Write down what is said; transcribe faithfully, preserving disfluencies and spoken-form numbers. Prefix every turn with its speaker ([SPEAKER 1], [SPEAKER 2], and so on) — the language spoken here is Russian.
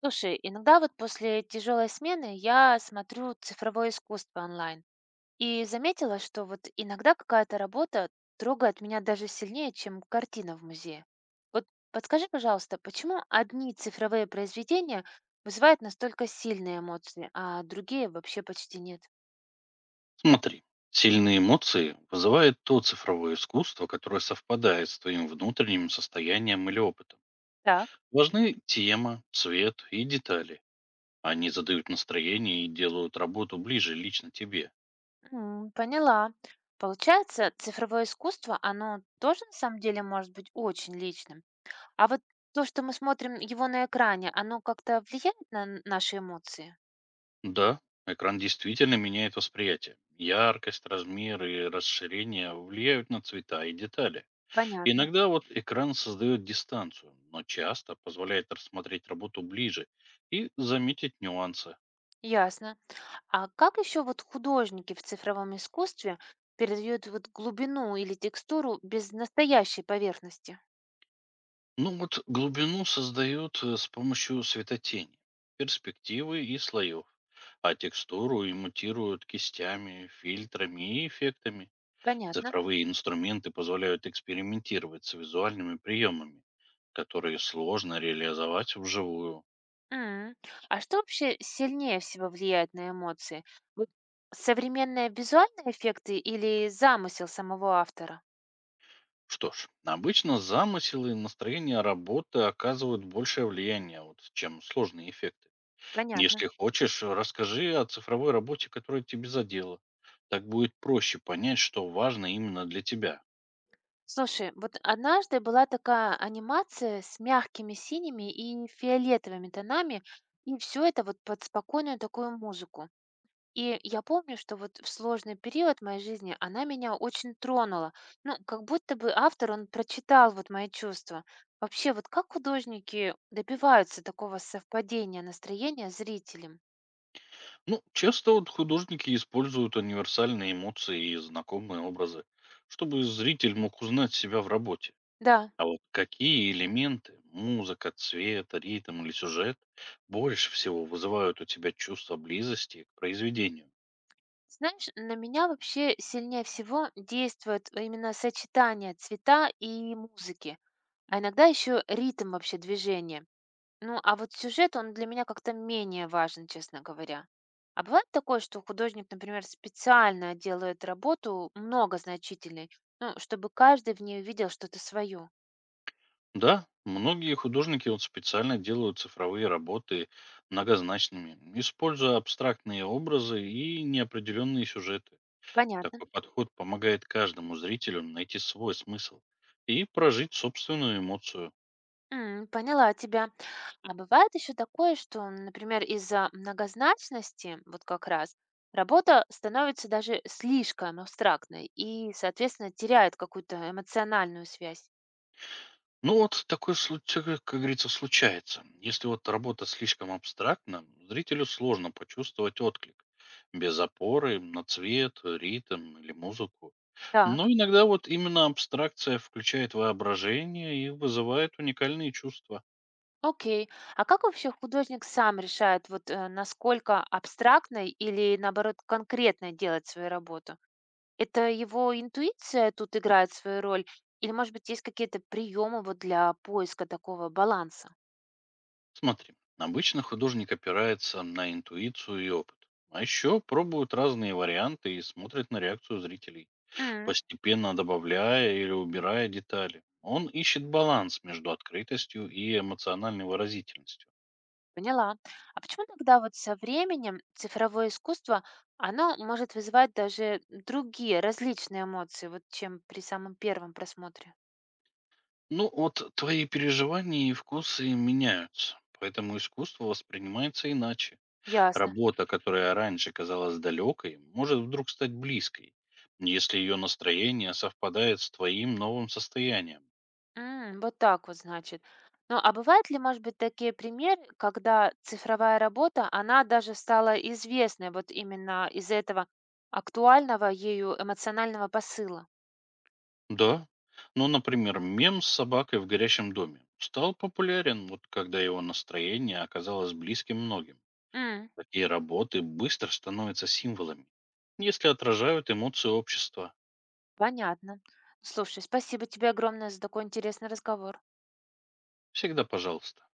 [SPEAKER 1] Слушай, иногда вот после тяжелой смены я смотрю цифровое искусство онлайн и заметила, что вот иногда какая-то работа трогает меня даже сильнее, чем картина в музее. Вот подскажи, пожалуйста, почему одни цифровые произведения вызывают настолько сильные эмоции, а другие вообще почти нет?
[SPEAKER 2] Смотри, сильные эмоции вызывает то цифровое искусство, которое совпадает с твоим внутренним состоянием или опытом.
[SPEAKER 1] Так,
[SPEAKER 2] Важны тема, цвет и детали. Они задают настроение и делают работу ближе лично тебе.
[SPEAKER 1] м, поняла. Получается, цифровое искусство, оно тоже на самом деле может быть очень личным. А вот то, что мы смотрим его на экране, оно как-то влияет на н- наши эмоции?
[SPEAKER 2] Да, экран действительно меняет восприятие. Яркость, размер и расширение влияют на цвета и детали.
[SPEAKER 1] Понятно,
[SPEAKER 2] Иногда вот экран создает дистанцию, но часто позволяет рассмотреть работу ближе и заметить нюансы.
[SPEAKER 1] ясно. А как еще вот художники в цифровом искусстве передают вот глубину или текстуру без настоящей поверхности?
[SPEAKER 2] Ну вот глубину создают э, с помощью светотени, перспективы и слоев, а текстуру имитируют кистями, фильтрами и эффектами.
[SPEAKER 1] Понятно.
[SPEAKER 2] Цифровые инструменты позволяют экспериментировать с визуальными приемами, которые сложно реализовать вживую.
[SPEAKER 1] М. А что вообще сильнее всего влияет на эмоции? Вот современные визуальные эффекты или замысел самого автора?
[SPEAKER 2] Что ж, обычно замысел и настроение работы оказывают большее влияние, вот, чем сложные эффекты.
[SPEAKER 1] Понятно.
[SPEAKER 2] Если хочешь, расскажи о цифровой работе, которая тебе задела. Так будет проще понять, что важно именно для тебя.
[SPEAKER 1] Слушай, вот однажды была такая анимация с мягкими синими и фиолетовыми тонами, и все это вот под спокойную такую музыку. И я помню, что вот в сложный период моей жизни она меня очень тронула. Ну, как будто бы автор, он прочитал вот мои чувства. Вообще, вот как художники добиваются такого совпадения настроения с зрителем?
[SPEAKER 2] Ну, часто вот художники используют универсальные эмоции и знакомые образы, чтобы зритель мог узнать себя в работе.
[SPEAKER 1] Да.
[SPEAKER 2] А вот какие элементы, музыка, цвет, ритм или сюжет больше всего вызывают у тебя чувство близости к произведению?
[SPEAKER 1] Знаешь, на меня вообще сильнее всего действует именно сочетание цвета и музыки, а иногда еще ритм вообще движения. Ну, а вот сюжет, он для меня как-то менее важен, честно говоря. А бывает такое, что художник, например, специально делает работу многозначительной, ну, чтобы каждый в ней увидел что-то свое.
[SPEAKER 2] Да, многие художники вот специально делают цифровые работы многозначными, используя абстрактные образы и неопределенные сюжеты.
[SPEAKER 1] Понятно.
[SPEAKER 2] Такой подход помогает каждому зрителю найти свой смысл и прожить собственную эмоцию.
[SPEAKER 1] М, поняла тебя. А бывает еще такое, что, например, из-за многозначности, вот как раз, работа становится даже слишком абстрактной и, соответственно, теряет какую-то эмоциональную связь.
[SPEAKER 2] Ну вот такой случай, как говорится, случается. Если вот работа слишком абстрактна, зрителю сложно почувствовать отклик. Без опоры на цвет, ритм или музыку. Но
[SPEAKER 1] Так.
[SPEAKER 2] иногда вот именно абстракция включает воображение и вызывает уникальные чувства.
[SPEAKER 1] Окей. А как вообще художник сам решает, вот э, насколько абстрактной или, наоборот, конкретной делать свою работу? Это его интуиция тут играет свою роль? Или, может быть, есть какие-то приемы вот для поиска такого баланса?
[SPEAKER 2] Смотри, обычно художник опирается на интуицию и опыт. А еще пробуют разные варианты и смотрят на реакцию зрителей, постепенно добавляя или убирая детали. Он ищет баланс между открытостью и эмоциональной выразительностью.
[SPEAKER 1] Поняла. А почему тогда вот со временем цифровое искусство, оно может вызывать даже другие различные эмоции, вот чем при самом первом просмотре?
[SPEAKER 2] Ну вот твои переживания и вкусы меняются, поэтому искусство воспринимается иначе.
[SPEAKER 1] Ясно.
[SPEAKER 2] Работа, которая раньше казалась далекой, может вдруг стать близкой, если ее настроение совпадает с твоим новым состоянием.
[SPEAKER 1] М, вот так вот, значит. Ну, а бывают ли, может быть, такие примеры, когда цифровая работа, она даже стала известной вот именно из-за этого актуального ею эмоционального посыла?
[SPEAKER 2] Да, ну, например, мем с собакой в горящем доме стал популярен, вот когда его настроение оказалось близким многим.
[SPEAKER 1] М,
[SPEAKER 2] Такие работы быстро становятся символами, если отражают эмоции общества.
[SPEAKER 1] понятно. Слушай, спасибо тебе огромное за такой интересный разговор.
[SPEAKER 2] Всегда пожалуйста.